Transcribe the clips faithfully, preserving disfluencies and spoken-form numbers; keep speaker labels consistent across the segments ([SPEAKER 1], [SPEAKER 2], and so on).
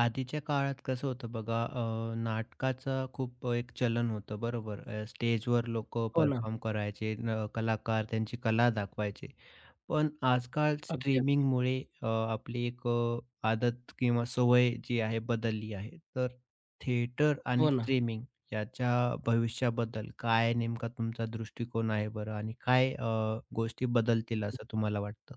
[SPEAKER 1] आधीच्या काळात कसं होतं बघा अ, नाटकाचं खूप एक चलन होतं बरोबर. अ, स्टेजवर लोकं
[SPEAKER 2] हो ना.
[SPEAKER 1] परफॉर्म करायचे, न कलाकार त्यांची कला दाखवायचे. पण आजकाल
[SPEAKER 2] अगदी.
[SPEAKER 1] स्ट्रीमिंगमुळे अ, आपली एक अ, आदत किंवा सवय जी आहे बदलली आहे. तर थिएटर आणि
[SPEAKER 2] हो ना.
[SPEAKER 1] स्ट्रीमिंग याच्या भविष्याबद्दल काय नेमका तुमचा दृष्टिकोन आहे बरं? आणि काय अ, गोष्टी बदलतील असं तुम्हाला वाटतं?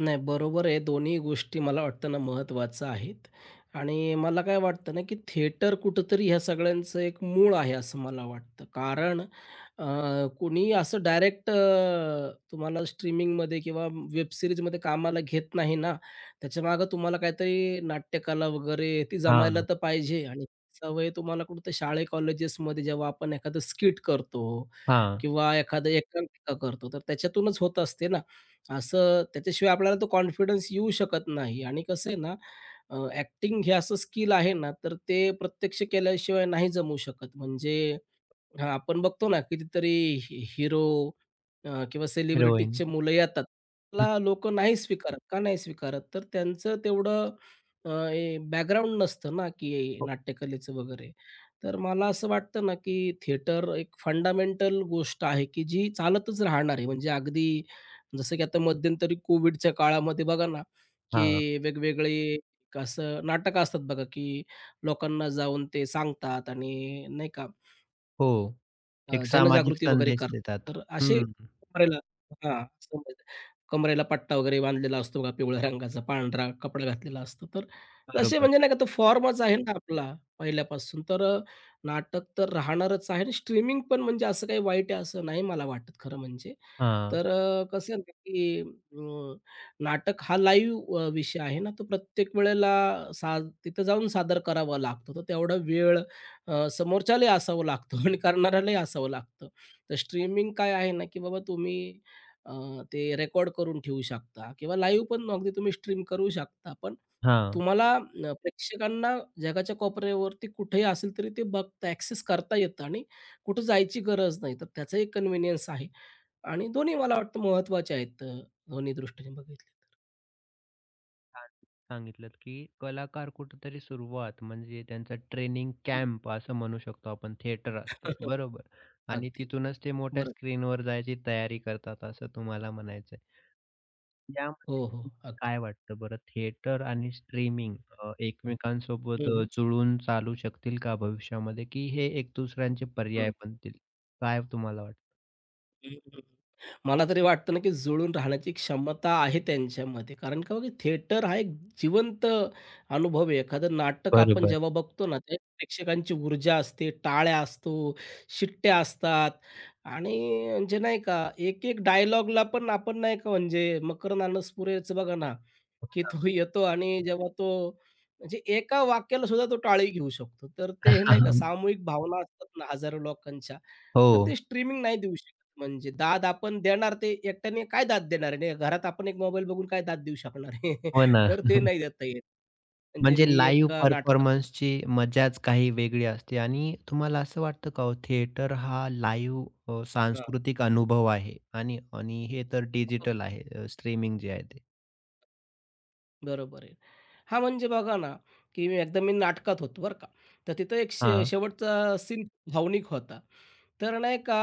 [SPEAKER 2] नाही, बरोबर आहे. दोन्ही गोष्टी मला वाटतं ना महत्त्वाच्या आहेत आणि मला काय वाटतं ना, की थिएटर कुठेतरी ह्या सगळ्यांचं एक मूळ आहे असं मला वाटतं. कारण अ, कुणी असं डायरेक्ट अ, तुम्हाला स्ट्रीमिंगमध्ये किंवा वेब सीरीजमध्ये कामाला घेत नाही ना. त्याच्यामागं तुम्हाला काहीतरी नाट्यकला वगैरे ती जमायला
[SPEAKER 1] हां,
[SPEAKER 2] तर पाहिजे आणि सवय तुम्हाला कुठं शाळे कॉलेजेसमध्ये जेव्हा आपण एखादं स्किट करतो
[SPEAKER 1] हां.
[SPEAKER 2] किंवा एखादं एकांकिका करतो, तर त्याच्यातूनच होत असते ना. असं त्याच्याशिवाय आपल्याला तो कॉन्फिडन्स येऊ शकत नाही आणि कसं आहे ना. अ, ॲक्टिंग हे असं स्किल आहे ना, तर ते प्रत्यक्ष केल्याशिवाय नाही जमू शकत. म्हणजे हां, आपण बघतो ना कितीतरी हि हिरो अ, किंवा
[SPEAKER 1] हिरोईन.
[SPEAKER 2] सेलिब्रिटीजचे मुलं येतात. त्याला लोकं नाही स्वीकारत. का नाही स्वीकारत? तर त्यांचं तेवढं अ, हे बॅकग्राऊंड नसतं ना, की
[SPEAKER 1] हो.
[SPEAKER 2] नाट्यकलेचं वगैरे. तर मला असं वाटतं ना, की थिएटर एक फंडामेंटल गोष्ट आहे, की जी चालतच राहणार आहे. म्हणजे अगदी जसं की आता मध्यंतरी कोविडच्या काळामध्ये बघा ना,
[SPEAKER 1] हां.
[SPEAKER 2] की वेगवेगळे असं नाटकं असतात बघा, की लोकांना जाऊन ते सांगतात आणि नाही का
[SPEAKER 1] हो,
[SPEAKER 2] अ,
[SPEAKER 1] एक सामाजिक
[SPEAKER 2] जनजागृती वगैरे
[SPEAKER 1] संदेश
[SPEAKER 2] करतात.
[SPEAKER 1] देतात.
[SPEAKER 2] तर असे
[SPEAKER 1] हं,
[SPEAKER 2] कमरेला हां, समजलं. कमरेला पट्टा वगैरे बांधलेला असतो बघा पिवळ्या रंगाचा, पांढरा कपडा घातलेला असतो. तर तसे
[SPEAKER 1] बरोबर.
[SPEAKER 2] म्हणजे नाही का तो फॉर्मच आहे ना आपला पहिल्यापासून. तर अ, नाटक तर राहणारच आहे आणि स्ट्रीमिंग पण म्हणजे असं काही वाईट आहे असं नाही मला वाटत खरं म्हणजे.
[SPEAKER 1] हां,
[SPEAKER 2] तर अ, कसं आहे ना, की अ, नाटक हा लाईव्ह अ, विषय आहे ना, तो प्रत्येक वेळेला सा तिथं जाऊन सादर करावा लागतो. तर तेवढा वेळ अ, समोरच्यालाही असावं लागतं आणि करणाऱ्यालाही असावं लागतं. तर स्ट्रीमिंग काय आहे ना, की बाबा तुम्ही अ, ते रेकॉर्ड करून ठेवू शकता किंवा लाईव्ह पण अगदी तुम्ही स्ट्रीम करू शकता. पण
[SPEAKER 1] हां.
[SPEAKER 2] तुम्हाला अ, प्रेक्षकांना जगाच्या कोपऱ्यावरती कुठेही असेल तरी ते बघता ॲक्सेस करता येतं आणि कुठं जायची गरज नाही. तर त्याचा एक कन्व्हिनियन्स आहे आणि दोन्ही मला वाटतं महत्त्वाचे आहेत अ, दोन्ही दृष्टीने बघितले तर.
[SPEAKER 1] छान सांगितलत, की कलाकार कुठेतरी सुरुवात म्हणजे त्यांचा ट्रेनिंग
[SPEAKER 2] हम्म.
[SPEAKER 1] कॅम्प असं म्हणू शकतो आपण, थिएटर असतं, बरोबर. आणि
[SPEAKER 2] अगदी.
[SPEAKER 1] तिथूनच ते मोठ्या
[SPEAKER 2] बरोबर.
[SPEAKER 1] स्क्रीनवर जायची तयारी करतात असं तुम्हाला म्हणायचं आहे. यामध्ये
[SPEAKER 2] हो, हो.
[SPEAKER 1] तुम्हाला
[SPEAKER 2] अगदी.
[SPEAKER 1] काय वाटतं बरं थिएटर आणि स्ट्रीमिंग अ,
[SPEAKER 2] हं.
[SPEAKER 1] एकमेकांसोबत अ,
[SPEAKER 2] हं,
[SPEAKER 1] जुळून चालू शकतील का भविष्यामध्ये, की हे एक दुसऱ्यांचे पर्याय बनतील? काय तुम्हाला वाटतं?
[SPEAKER 2] हं, मला तरी वाटतं ना, की जुळून राहण्याची क्षमता आहे त्यांच्यामध्ये. कारण का बघा, थिएटर हा एक जिवंत अनुभव आहे. एखादं नाटक आपण
[SPEAKER 1] बरोबर.
[SPEAKER 2] जेव्हा बघतो ना, त्या प्रेक्षकांची ऊर्जा असते, टाळ्या असतो, शिट्ट्या असतात आणि म्हणजे नाही का, एक-एक डायलॉगला पण आपण नाही का म्हणजे मकरंद अनसपुरेचं बघा ना, की तो येतो आणि जेव्हा तो म्हणजे एका वाक्याला सुद्धा तो टाळी घेऊ शकतो. तर ते नाही का सामूहिक भावना असतात ना हजारो लोकांच्या, तर
[SPEAKER 1] हो.
[SPEAKER 2] ते स्ट्रीमिंग नाही देऊ शकत. म्हणजे दाद आपण देणार ते एकट्याने काय दाद देणार आहे? नाही घरात आपण एक मोबाईल बघून काय दाद देऊ शकणार आहे?
[SPEAKER 1] हो ना.
[SPEAKER 2] तर ते नाही देता येत. म्हणजे
[SPEAKER 1] म्हणजे
[SPEAKER 2] मी
[SPEAKER 1] लाईव्ह
[SPEAKER 2] एका नाटकात
[SPEAKER 1] परफॉर्मन्सची मजाच काही वेगळी असते आणि तुम्हाला असं वाटतं का हो, थिएटर हा लाईव्ह अ,
[SPEAKER 2] हां,
[SPEAKER 1] सांस्कृतिक अनुभव आहे आणि आणि हे तर डिजिटल आहे स्ट्रीमिंग जे आहे ते.
[SPEAKER 2] बरोबर आहे. हां, म्हणजे बघा ना, की मी एकदा मी नाटकात होतो बरं का. तर तिथं एक शे
[SPEAKER 1] हां.
[SPEAKER 2] शेवटचा सीन भावनिक होता. तर नाही का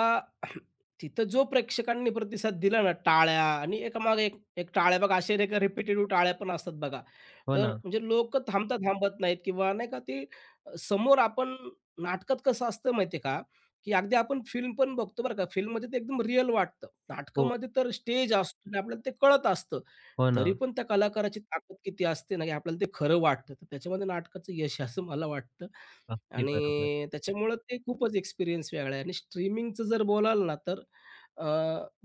[SPEAKER 2] तिथं जो प्रेक्षकांनी प्रतिसाद दिला ना, टाळ्या आणि एकामागे एक एक टाळ्या बघा, असे नाही का रिपिटेटिव्ह टाळ्या पण असतात बघा.
[SPEAKER 1] हो
[SPEAKER 2] तर
[SPEAKER 1] ना.
[SPEAKER 2] म्हणजे लोकं थांबता थांबत नाहीत किंवा नाही का ते अ, समोर आपण नाटकात कसं असतं माहिती आहे का, की अगदी आपण फिल्म पण बघतो बरं का, फिल्ममध्ये ते एकदम रिअल वाटतं.
[SPEAKER 1] हो,
[SPEAKER 2] नाटकामध्ये तर स्टेज असतो आणि आपल्याला ते कळत असतं.
[SPEAKER 1] हो ना.
[SPEAKER 2] तरी पण त्या कलाकाराची ताकद किती असते ना, की आपल्याला ते खरं वाटतं. तर त्याच्यामध्ये नाटकाचं यश आहे असं मला वाटतं.
[SPEAKER 1] अगदी बरोबर.
[SPEAKER 2] आणि त्याच्यामुळं ते खूपच एक्सपिरियन्स वेगळा आहे आणि स्ट्रीमिंगचं जर बोलाल ना तर अ,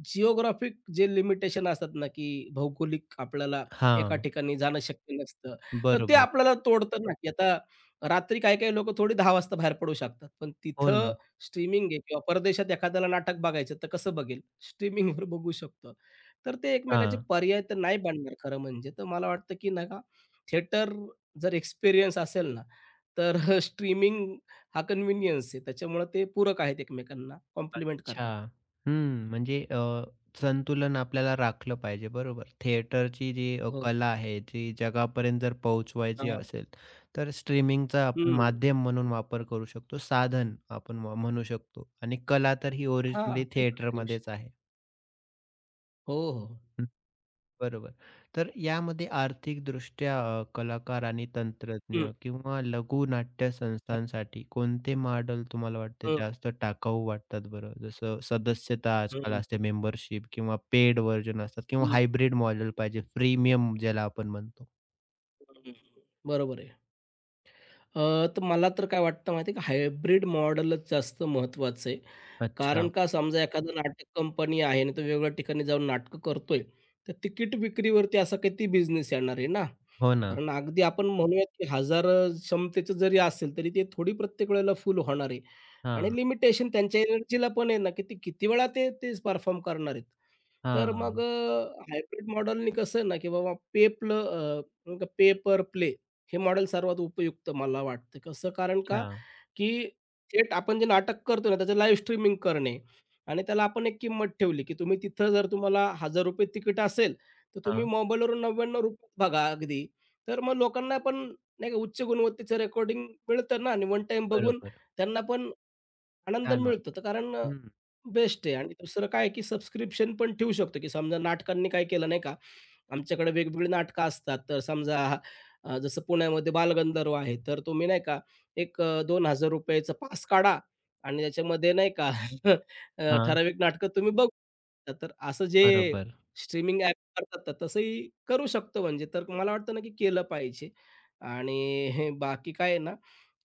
[SPEAKER 2] जिओग्राफिक जे लिमिटेशन असतात ना, की भौगोलिक आपल्याला एका
[SPEAKER 1] हां.
[SPEAKER 2] ठिकाणी जाणं शक्य नसतं. तर ते
[SPEAKER 1] बरोबर.
[SPEAKER 2] आपल्याला तोडतं ना, की आता रात्री काही-काही लोकं थोडी दहा वाजता बाहेर पडू शकतात. पण
[SPEAKER 1] हो ना.
[SPEAKER 2] तिथं स्ट्रीमिंग आहे किंवा परदेशात एखाद्याला नाटक बघायचं तर कसं बघेल? स्ट्रीमिंगवर बघू शकतो. तर ते एकमेकांचे
[SPEAKER 1] हां.
[SPEAKER 2] पर्याय तर नाही बनणार खरं म्हणजे. तर मला वाटतं, की नाही थिएटर जर एक्सपिरियन्स असेल ना, तर स्ट्रीमिंग हा कन्व्हिनियन्स आहे. त्याच्यामुळे ते पूरक आहेत एकमेकांना, कॉम्प्लिमेंट
[SPEAKER 1] अच्छा.
[SPEAKER 2] करतात.
[SPEAKER 1] हं, म्हणजे अ, संतुलन आपल्याला राखलं पाहिजे बरोबर. थिएटरची जी अ,
[SPEAKER 2] हो.
[SPEAKER 1] कला आहे, जी जगापर्यंत जर पोहोचवायची
[SPEAKER 2] हां.
[SPEAKER 1] असेल, तर स्ट्रीमिंगचा आपण
[SPEAKER 2] हं.
[SPEAKER 1] माध्यम म्हणून वापर करू शकतो. साधन आपण म्ह म्हणू शकतो आणि कला तर ही
[SPEAKER 2] हां,
[SPEAKER 1] ओरिजिनली
[SPEAKER 2] असंही करता येऊ
[SPEAKER 1] थिएटरमध्येच
[SPEAKER 2] शकतं.
[SPEAKER 1] आहे.
[SPEAKER 2] हो, हो.
[SPEAKER 1] बरोबर. तर यामध्ये आर्थिकदृष्ट्या अ, कलाकार आणि तंत्रज्ञ
[SPEAKER 2] हं.
[SPEAKER 1] किंवा लघुनाट्य संस्थांसाठी कोणते मॉडेल तुम्हाला वाटते
[SPEAKER 2] हं, हं,
[SPEAKER 1] जास्त टाकाऊ वाटतात बरं? जसं सदस्यता
[SPEAKER 2] हं,
[SPEAKER 1] आजकाल
[SPEAKER 2] हं,
[SPEAKER 1] असते
[SPEAKER 2] हं,
[SPEAKER 1] मेंबरशिप किंवा पेड व्हर्जन असतात किंवा हायब्रिड मॉडेल पाहिजे प्रीमियम ज्याला आपण म्हणतो.
[SPEAKER 2] बरोबर आहे. अ, तर मला तर काय वाटतं माहिती आहे का, हायब्रिड मॉडेलच जास्त महत्त्वाचं आहे. कारण
[SPEAKER 1] अच्छा.
[SPEAKER 2] का समजा एखादा नाटक कंपनी आहे आणि तो वेगळ्या ठिकाणी जाऊन नाटकं करतोय, तर तिकीट विक्रीवरती असा किती बिझनेस येणार आहे ना.
[SPEAKER 1] हो ना.
[SPEAKER 2] कारण अगदी आपण म्हणूयात की हजार अ, क्षमतेचं जरी असेल, तरी ते थोडी प्रत्येक वेळेला फुल होणार आहे आणि
[SPEAKER 1] हां,
[SPEAKER 2] लिमिटेशन त्यांच्या एनर्जीला पण आहे ना, की ते किती वेळा ते तेच परफॉर्म करणार आहेत. तर मग
[SPEAKER 1] हां.
[SPEAKER 2] हायब्रिड मॉडेलनी कसं आहे ना, की बाबा पे प्ल पे पर प्ले हे मॉडेल सर्वात उपयुक्त मला वाटतं. कसं कारण का,
[SPEAKER 1] अच्छा.
[SPEAKER 2] की थेट आपण जे नाटक करतो ना, त्याचं लाईव्ह स्ट्रीमिंग करणे आणि त्याला आपण एक किंमत ठेवली, की तुम्ही तिथं जर तुम्हाला ₹एक हजार तिकीट असेल, तर तुम्ही
[SPEAKER 1] हां.
[SPEAKER 2] मोबाईलवरून ₹नव्व्याण्णव बघा अगदी. तर मग लोकांना पण नाही का उच्च गुणवत्तेचं रेकॉर्डिंग मिळतं ना आणि वन टाईम बघून
[SPEAKER 1] बरोबर.
[SPEAKER 2] त्यांना पण आनंद
[SPEAKER 1] छान
[SPEAKER 2] मिळतो
[SPEAKER 1] वाटतं.
[SPEAKER 2] तर कारण
[SPEAKER 1] हं.
[SPEAKER 2] बेस्ट आहे आणि दुसरं काय आहे, की सबस्क्रिप्शन पण ठेवू शकतो, की समजा नाटकांनी काय केलं नाही का, आमच्याकडे वेगवेगळी नाटकं असतात. तर समजा अ, जसं पुण्यामध्ये बालगंधर्व आहे, तर तुम्ही नाही का एक अ, ₹दोन हजार चं पास काढा आणि त्याच्यामध्ये नाही का अ,
[SPEAKER 1] हां.
[SPEAKER 2] ठराविक नाटकं तुम्ही बघू शकता. तर असं जे
[SPEAKER 1] बरोबर.
[SPEAKER 2] स्ट्रीमिंग ॲप करतात, तर तसंही करू शकतो म्हणजे. तर मला वाटतं ना, की केलं पाहिजे आणि हे बाकी काय आहे ना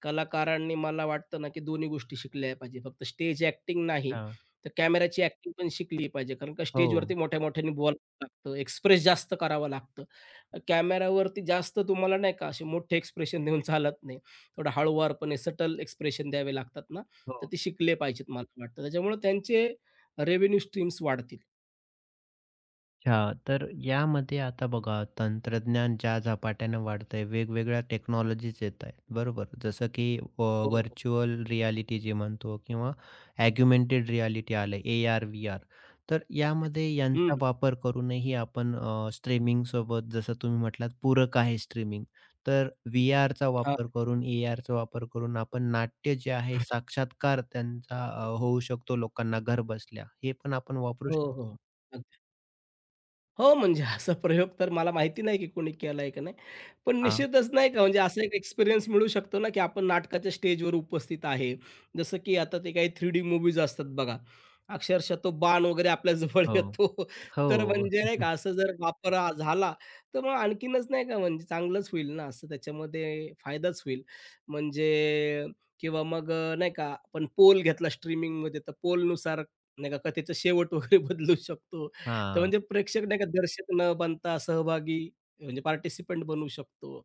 [SPEAKER 2] कलाकारांनी मला वाटतं ना, की दोन्ही गोष्टी शिकल्या पाहिजे. फक्त स्टेज ॲक्टिंग नाही,
[SPEAKER 1] अच्छा.
[SPEAKER 2] तर कॅमेराची ॲक्टिंग पण शिकली पाहिजे. कारण का
[SPEAKER 1] हो,
[SPEAKER 2] स्टेजवरती मोठ्या-मोठ्याने बोलावं लागतं, एक्सप्रेस जास्त करावं लागतं. कॅमेरावरती जास्त तुम्हाला नाही का असे मोठे एक्सप्रेशन देऊन चालत नाही. थोडं हळूवारपणे सटल एक्सप्रेशन द्यावे लागतात ना,
[SPEAKER 1] हो.
[SPEAKER 2] तर ते शिकले पाहिजेत मला वाटतं. त्याच्यामुळे त्यांचे रेव्हेन्यू स्ट्रीम्स वाढतील.
[SPEAKER 1] अच्छा. तर यामध्ये आता बघा तंत्रज्ञान ज्या झपाट्याने वाढतंय, वेगवेगळ्या टेक्नॉलॉजीज येत आहेत, बरोबर? जसं की अ,
[SPEAKER 2] हो, हो.
[SPEAKER 1] व्हर्चुअल रियालिटी जे म्हणतो किंवा अग्युमेंटेड रियालिटी आलं, ए आर-व्ही आर. तर यामध्ये
[SPEAKER 2] हं.
[SPEAKER 1] यांचा वापर करूनही आपण अ, स्ट्रीमिंगसोबत जसं तुम्ही म्हटलात पूरक आहे स्ट्रीमिंग. तर व्हीआरचा
[SPEAKER 2] हां.
[SPEAKER 1] वापर करून, ARचा वापर करून आपण नाट्य जे आहे साक्षात्कार त्यांचा अ, होऊ शकतो लोकांना घरबसल्या. हे पण आपण वापरू
[SPEAKER 2] हो,
[SPEAKER 1] शकतो.
[SPEAKER 2] हो. हो, म्हणजे असा प्रयोग तर मला माहिती नाही की कोणी केलाय का नाही. पण
[SPEAKER 1] हां.
[SPEAKER 2] निश्चितच नाही का म्हणजे असा एक एक्सपिरियन्स मिळू शकतो ना, की आपण नाटकाच्या स्टेजवर उपस्थित आहे. जसं की आता ते काही थ्री डी मूव्हीज असतात बघा. अक्षरशः तो बाण वगैरे आपल्या जवळ
[SPEAKER 1] हो.
[SPEAKER 2] येतो. तर
[SPEAKER 1] हो.
[SPEAKER 2] म्हणजे नाही का असं जर वापर हा झाला, तर मग आणखीनच नाही का म्हणजे चांगलंच होईल ना असं त्याच्यामध्ये फायदाच होईल. म्हणजे किंवा मग अ, नाही का आपण पोल घेतला स्ट्रीमिंगमध्ये तर पोलनुसार नाही का कथेचा शेवट वगैरे बदलू शकतो. तर
[SPEAKER 1] हा,
[SPEAKER 2] म्हणजे प्रेक्षक नाही का दर्शक न बनता सहभागी म्हणजे पार्टिसिपंट बनू शकतो.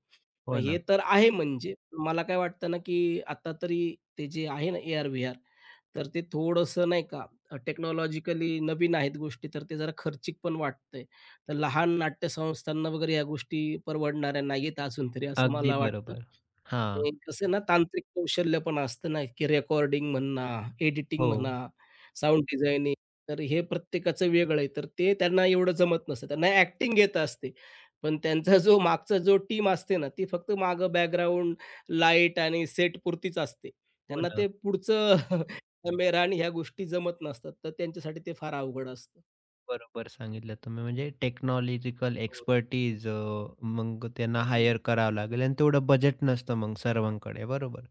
[SPEAKER 1] हो
[SPEAKER 2] हे
[SPEAKER 1] ना.
[SPEAKER 2] तर आहे म्हणजे. मला काय वाटतं ना, की आता तरी ते जे आहे ना ए आर-व्ही आर तर ते थोडंसं नाही का टेक्नॉलॉजिकली नवीन आहेत गोष्टी, तर ते जरा खर्चिक पण वाटतंय. तर लहान नाट्यसंस्थांना वगैरे ह्या गोष्टी परवडणाऱ्या नाहीयेत अजून तरी असं
[SPEAKER 1] अगदी
[SPEAKER 2] मला वाटतं.
[SPEAKER 1] बरोबर. हा,
[SPEAKER 2] आणि कसं ना तांत्रिक कौशल्य पण असतं ना, की रेकॉर्डिंग म्हणा, एडिटिंग
[SPEAKER 1] हो.
[SPEAKER 2] म्हणा, साउंड डिझायनिंग तर हे प्रत्येकाचं वेगळं आहे. तर ते त्यांना एवढं जमत नसतं. त्यांना ॲक्टिंग येत असते. पण त्यांचा जो मागचा जो टीम असते ना, ती फक्त मागं बॅकग्राऊंड, लाईट आणि सेटपुरतीच असते.
[SPEAKER 1] हो
[SPEAKER 2] त्यांना
[SPEAKER 1] ना.
[SPEAKER 2] ते पुढचं कॅमेरा आणि ह्या गोष्टी जमत नसतात. तर त्यांच्यासाठी ते फार अवघड असतं.
[SPEAKER 1] बरोबर सांगितलं तुम्ही. म्हणजे टेक्नॉलॉजिकल
[SPEAKER 2] हो,
[SPEAKER 1] एक्सपर्टीज अ, मग त्यांना
[SPEAKER 2] हं.
[SPEAKER 1] हायर करावं लागेल आणि तेवढं बजेट नसतं मग सर्वांकडे बरोबर.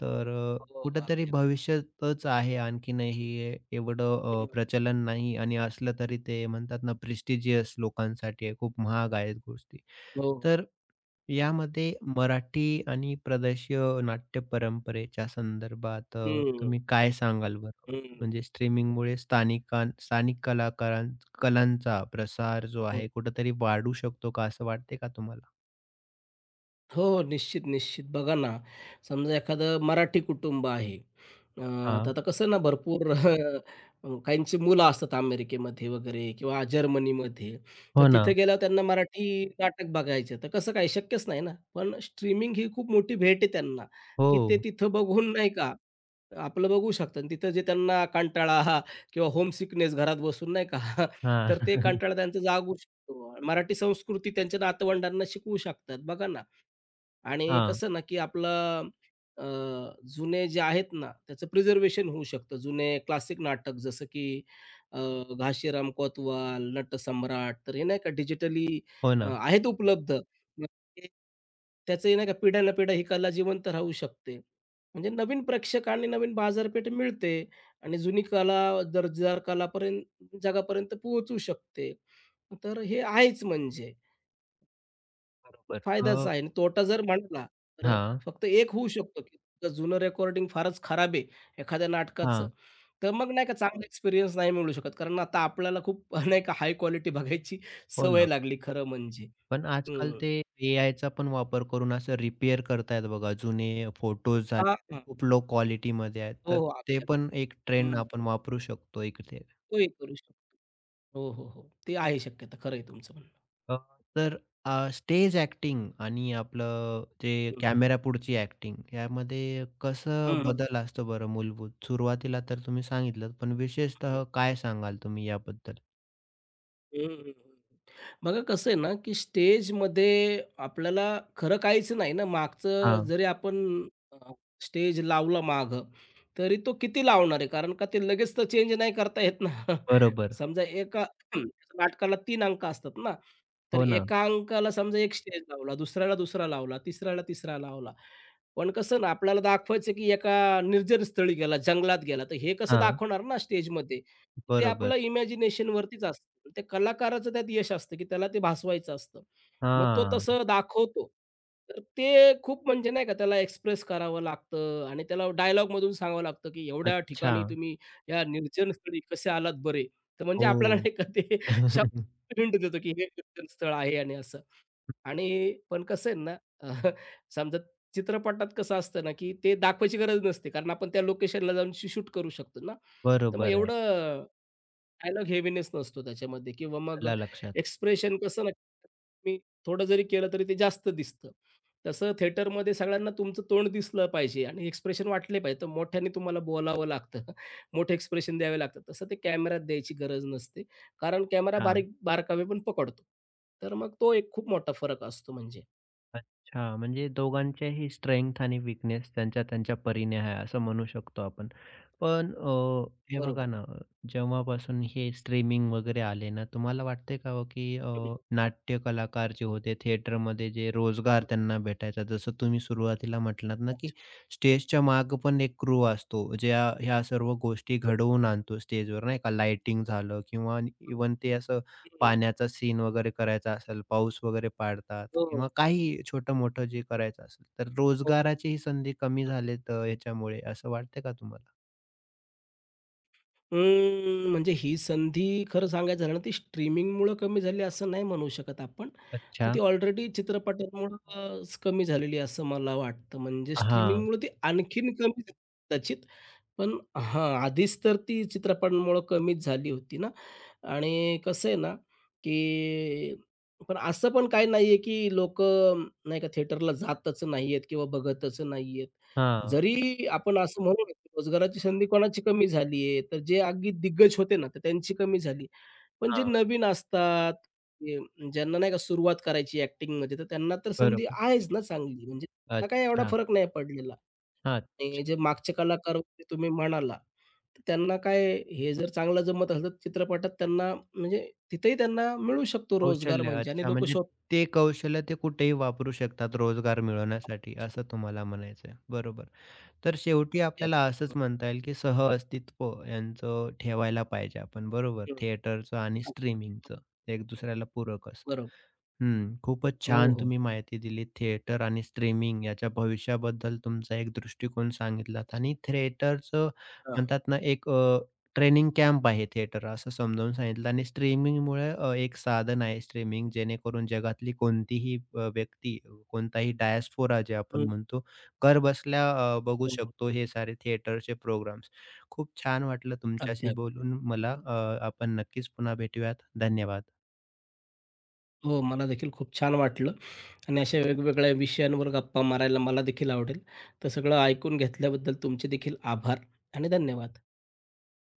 [SPEAKER 1] तर अ,
[SPEAKER 2] हो,
[SPEAKER 1] कुठेतरी
[SPEAKER 2] अगदी, अगदी.
[SPEAKER 1] भविष्यातच आहे आणखीनही हे एवढं अ,
[SPEAKER 2] हं.
[SPEAKER 1] प्रचलन नाही आणि असलं तरी ते म्हणतात ना प्रेस्टिजियस लोकांसाठी आहे, खूप महाग आहेत गोष्टी.
[SPEAKER 2] हो, हो.
[SPEAKER 1] तर यामध्ये मराठी आणि प्रदेशीय नाट्य परंपरेच्या संदर्भात अ,
[SPEAKER 2] हं,
[SPEAKER 1] तुम्ही काय सांगाल बरं?
[SPEAKER 2] हं,
[SPEAKER 1] म्हणजे स्ट्रीमिंगमुळे स्थानिकां स्थानिक कलाकारां कलांचा प्रसार जो आहे कुठेतरी वाढू शकतो का, असं वाटते का तुम्हाला?
[SPEAKER 2] हो, हो. निश्चित, निश्चित. बघा ना, समजा एखादं मराठी कुटुंब आहे. अ, तर
[SPEAKER 1] हां,
[SPEAKER 2] आता कसं ना भरपूर काहींची मुलं असतात अमेरिकेमध्ये वगैरे किंवा जर्मनीमध्ये. तर
[SPEAKER 1] हो ना.
[SPEAKER 2] तिथे गेल्यावर त्यांना मराठी नाटक बघायचं. तर कसं काय शक्यच नाही ना. पण स्ट्रीमिंग ही खूप मोठी भेट आहे त्यांना,
[SPEAKER 1] हो.
[SPEAKER 2] की ते तिथं बघून नाही का, आपलं बघू शकतात. आणि तिथं जे त्यांना कंटाळा हा किंवा होम सिकनेस घरात बसून नाही का,
[SPEAKER 1] हां.
[SPEAKER 2] तर ते कंटाळा त्यांचा जागू शकतो. मराठी संस्कृती त्यांच्या नातवंडांना शिकवू शकतात. बघा ना. आणि
[SPEAKER 1] हां.
[SPEAKER 2] कसं ना, की आपलं अ, जुने जे आहेत ना, त्याचं प्रिझर्वेशन होऊ शकतं. जुने क्लासिक नाटक जसं की अ, घाशीराम कोतवाल, नटसम्राट तर हे नाही का डिजिटली
[SPEAKER 1] हो
[SPEAKER 2] अ,
[SPEAKER 1] ना.
[SPEAKER 2] आहेत उपलब्ध. मग ते त्याचंही नाही का पिढ्यानपिढ्या ही कला जिवंत राहू शकते. म्हणजे नवीन प्रेक्षक आणि नवीन बाजारपेठ मिळते आणि जुनी कला दर्जेदार कलापर्यंत जगापर्यंत पोहोचू शकते. तर हे आहेच म्हणजे.
[SPEAKER 1] बरोबर.
[SPEAKER 2] फायदाच
[SPEAKER 1] अ,
[SPEAKER 2] आहे आणि तोटा जर म्हटला, तर
[SPEAKER 1] हां,
[SPEAKER 2] फक्त एक होऊ शकतो, की तुमचं जुनं रेकॉर्डिंग फारच खराब आहे एखाद्या नाटकाचं,
[SPEAKER 1] हां.
[SPEAKER 2] तर मग नाही का चांगला एक्सपिरियन्स नाही मिळू शकत. कारण आता आपल्याला खूप नाही का हाय क्वालिटी बघायची
[SPEAKER 1] हो
[SPEAKER 2] सवय
[SPEAKER 1] ना.
[SPEAKER 2] लागली खरं म्हणजे.
[SPEAKER 1] पण आजकाल
[SPEAKER 2] हं.
[SPEAKER 1] ते एआयचा पण वापर करून असं रिपेअर करतायत बघा. जुने फोटोज झाले,
[SPEAKER 2] हां, हां.
[SPEAKER 1] खूप लो क्वालिटीमध्ये आहेत.
[SPEAKER 2] हो,
[SPEAKER 1] तर
[SPEAKER 2] हो.
[SPEAKER 1] ते
[SPEAKER 2] अगदी.
[SPEAKER 1] पण एक ट्रेंड
[SPEAKER 2] हं.
[SPEAKER 1] आपण वापरू शकतो इकडे.
[SPEAKER 2] तोही करू शकतो. हो, हो, हो. ते आहे शक्यता. खरं आहे तुमचं म्हणणं.
[SPEAKER 1] अ, तर अ, स्टेज ॲक्टिंग आणि आपलं जे
[SPEAKER 2] हं.
[SPEAKER 1] कॅमेरापुढची ॲक्टिंग यामध्ये कसं
[SPEAKER 2] हं,
[SPEAKER 1] बदल असतो बरं मूलभूत? सुरुवातीला तर तुम्ही सांगितलंत, पण विशेषतः काय सांगाल तुम्ही याबद्दल?
[SPEAKER 2] हं, हं, हं. बघा कसं आहे ना, की स्टेजमध्ये आपल्याला खरं काहीच नाही ना, मागचं
[SPEAKER 1] हां,
[SPEAKER 2] जरी आपण अ, स्टेज लावला मागं, तरी तो किती लावणार आहे? कारण का ते लगेच तर चेंज नाही करता येत ना.
[SPEAKER 1] बरोबर.
[SPEAKER 2] समजा एका नाटकाला तीन अंक असतात ना, तर
[SPEAKER 1] हो ना.
[SPEAKER 2] एका अंकाला समजा एक स्टेज लावला, दुसऱ्याला दुसरा लावला, तिसऱ्याला तिसरा लावला. पण कसं ना, आपल्याला दाखवायचं की एका निर्जन स्थळी गेला, जंगलात गेला, तर हे कसं
[SPEAKER 1] हां,
[SPEAKER 2] दाखवणार ना स्टेजमध्ये? ते
[SPEAKER 1] बरोबर.
[SPEAKER 2] आपलं इमॅजिनेशनवरतीच असतं. ते कलाकाराचं त्यात यश असतं, की त्याला ते भासवायचं असतं. मग तो
[SPEAKER 1] हां,
[SPEAKER 2] तसं दाखवतो. तर ते खूप म्हणजे नाही का त्याला एक्सप्रेस करावं लागतं आणि त्याला डायलॉगमधून सांगावं लागतं, की एवढ्या
[SPEAKER 1] अच्छा.
[SPEAKER 2] ठिकाणी तुम्ही या निर्जन स्थळी कसे आलात बरे? तर म्हणजे आपल्याला
[SPEAKER 1] हो.
[SPEAKER 2] नाही का ते शब्द हिंट देतो, की हे निर्जन स्थळ आहे आणि असं. आणि पण कसं आहे ना, अह, समजा चित्रपटात कसं असतं ना, की ते दाखवायची गरज नसते. कारण आपण त्या लोकेशनला जाऊन शूट करू शकतो ना. तर मग
[SPEAKER 1] बरोबर आहे.
[SPEAKER 2] एवढं डायलॉग हेवीनेस नसतो त्याच्यामध्ये किंवा मग अ,
[SPEAKER 1] आलं लक्षात.
[SPEAKER 2] एक्सप्रेशन कसं ना, मी थोडं जरी केलं तरी ते जास्त दिसतं. तसं थिएटरमध्ये सगळ्यांना तुमचं तोंड दिसलं पाहिजे आणि एक्सप्रेशन वाटले पाहिजे. तर मोठ्याने तुम्हाला बोलावं लागतं. मोठे एक्सप्रेशन द्यावे लागतात. तसं ते कॅमेऱ्यात द्यायची गरज नसते. कारण कॅमेरा
[SPEAKER 1] हां.
[SPEAKER 2] बारीक बारकावे पण पकडतो. तर मग तो एक खूप मोठा फरक असतो म्हणजे.
[SPEAKER 1] अच्छा, म्हणजे दोघांच्याही स्ट्रेंथ आणि विकनेस त्यांच्या त्यांच्या परीने आहे, असं म्हणू शकतो आपण. पण अ, हे बघा
[SPEAKER 2] बरोबर.
[SPEAKER 1] ना, जेव्हापासून हे स्ट्रीमिंग वगैरे आले ना, तुम्हाला वाटते का हो, की अ,
[SPEAKER 2] हं, हं.
[SPEAKER 1] नाट्य कलाकार जे होते थिएटरमध्ये जे रोजगार त्यांना भेटायचा, जसं तुम्ही सुरुवातीला म्हटलात ना, की
[SPEAKER 2] अच्छा.
[SPEAKER 1] स्टेजच्या मागे पण एक क्रू असतो, ज्या ह्या सर्व गोष्टी
[SPEAKER 2] हो,
[SPEAKER 1] घडवून आणतो स्टेजवर, नाही का? लाइटिंग झालं किंवा इव्हन ते असं
[SPEAKER 2] हो.
[SPEAKER 1] पाण्याचा सीन वगैरे करायचा असेल, पाऊस वगैरे पाडतात
[SPEAKER 2] हो, हो.
[SPEAKER 1] किंवा काही छोटं-मोठं जे करायचं असेल, तर रोजगाराची ही संधी कमी झालीत अ, याच्यामुळे असं वाटतंय का तुम्हाला?
[SPEAKER 2] अं, म्हणजे ही संधी खरं सांगायचं झालं ना, ती स्ट्रीमिंगमुळं कमी झाली असं नाही म्हणू शकत आपण. तर ती
[SPEAKER 1] अच्छा.
[SPEAKER 2] ऑलरेडी चित्रपटांमुळं अ, कमी झालेली असं मला वाटतं. म्हणजे
[SPEAKER 1] हां,
[SPEAKER 2] स्ट्रीमिंगमुळं ती आणखीन कमी झाली कदाचित. पण हां, आधीच तर ती चित्रपटांमुळं कमीच झाली होती ना. आणि कसं आहे ना, की पण असं पण काही नाहीये, की लोकं नाही का थिएटरला जातच नाहीयेत किंवा बघतच नाहीयेत.
[SPEAKER 1] हां,
[SPEAKER 2] जरी आपण असं म्हणू ना, की रोजगाराची संधी कोणाची कमी झाली आहे, तर जे अगदी दिग्गज होते ना, तर त्यांची कमी झाली. पण जे
[SPEAKER 1] हां.
[SPEAKER 2] नवीन असतात, जे ज्यांना नाही का सुरुवात करायची ॲक्टिंगमध्ये, तर त्यांना तर संधी
[SPEAKER 1] बरोबर.
[SPEAKER 2] आहेच ना चांगली. म्हणजे त्यांना काय एवढा
[SPEAKER 1] अच्छा.
[SPEAKER 2] फरक नाही पडलेला
[SPEAKER 1] हां. छ
[SPEAKER 2] आणि जे मागचे कलाकार होते तुम्ही म्हणाला, तर त्यांना काय हे जर चांगलं जमत असेल, तर चित्रपटात त्यांना म्हणजे तिथेही त्यांना मिळू शकतो रोजगार
[SPEAKER 1] कौशल्य.
[SPEAKER 2] म्हणजे आणि
[SPEAKER 1] अच्छा,
[SPEAKER 2] लोकं
[SPEAKER 1] म्हणजे
[SPEAKER 2] शोध
[SPEAKER 1] ते कौशल्य ते कुठेही वापरू शकतात रोजगार मिळवण्यासाठी असं तुम्हाला म्हणायचंय. बरोबर. तर शेवटी आपल्याला असंच म्हणता येईल, की सहअस्तित्व यांचं ठेवायला पाहिजे आपण. बरोबर.
[SPEAKER 2] हं, हं,
[SPEAKER 1] थिएटरचं आणि
[SPEAKER 2] अगदी.
[SPEAKER 1] स्ट्रीमिंगचं एक दुसऱ्याला पूरक असं.
[SPEAKER 2] बरोबर.
[SPEAKER 1] हं, खूपच
[SPEAKER 2] हो,
[SPEAKER 1] छान
[SPEAKER 2] हो.
[SPEAKER 1] तुम्ही माहिती दिली. थिएटर आणि स्ट्रीमिंग याच्या भविष्याबद्दल तुमचा एक दृष्टिकोन सांगितलात आणि थिएटरचं
[SPEAKER 2] हां.
[SPEAKER 1] म्हणतात ना, एक ट्रेनिंग कॅम्प आहे थिएटर असं समजावून सांगितलं आणि स्ट्रीमिंगमुळे अ, एक साधन आहे स्ट्रीमिंग जेणेकरून जगातली कोणतीही अ, व्यक्ती, कोणताही डायस्पोरा जे आपण
[SPEAKER 2] हं.
[SPEAKER 1] म्हणतो, घरबसल्या अ, बघू
[SPEAKER 2] हो, हो.
[SPEAKER 1] शकतो हे सारे थिएटरचे प्रोग्राम्स. खूप छान वाटलं तुमच्याशी
[SPEAKER 2] अगदी.
[SPEAKER 1] बोलून मला. अ, आपण नक्कीच पुन्हा भेटूयात. धन्यवाद.
[SPEAKER 2] हो, मला देखील खूप छान वाटलं आणि अशा वेगवेगळ्या विषयांवर गप्पा मारायला मला देखील आवडेल. तर सगळं ऐकून घेतल्याबद्दल तुमचे देखील आभार आणि धन्यवाद.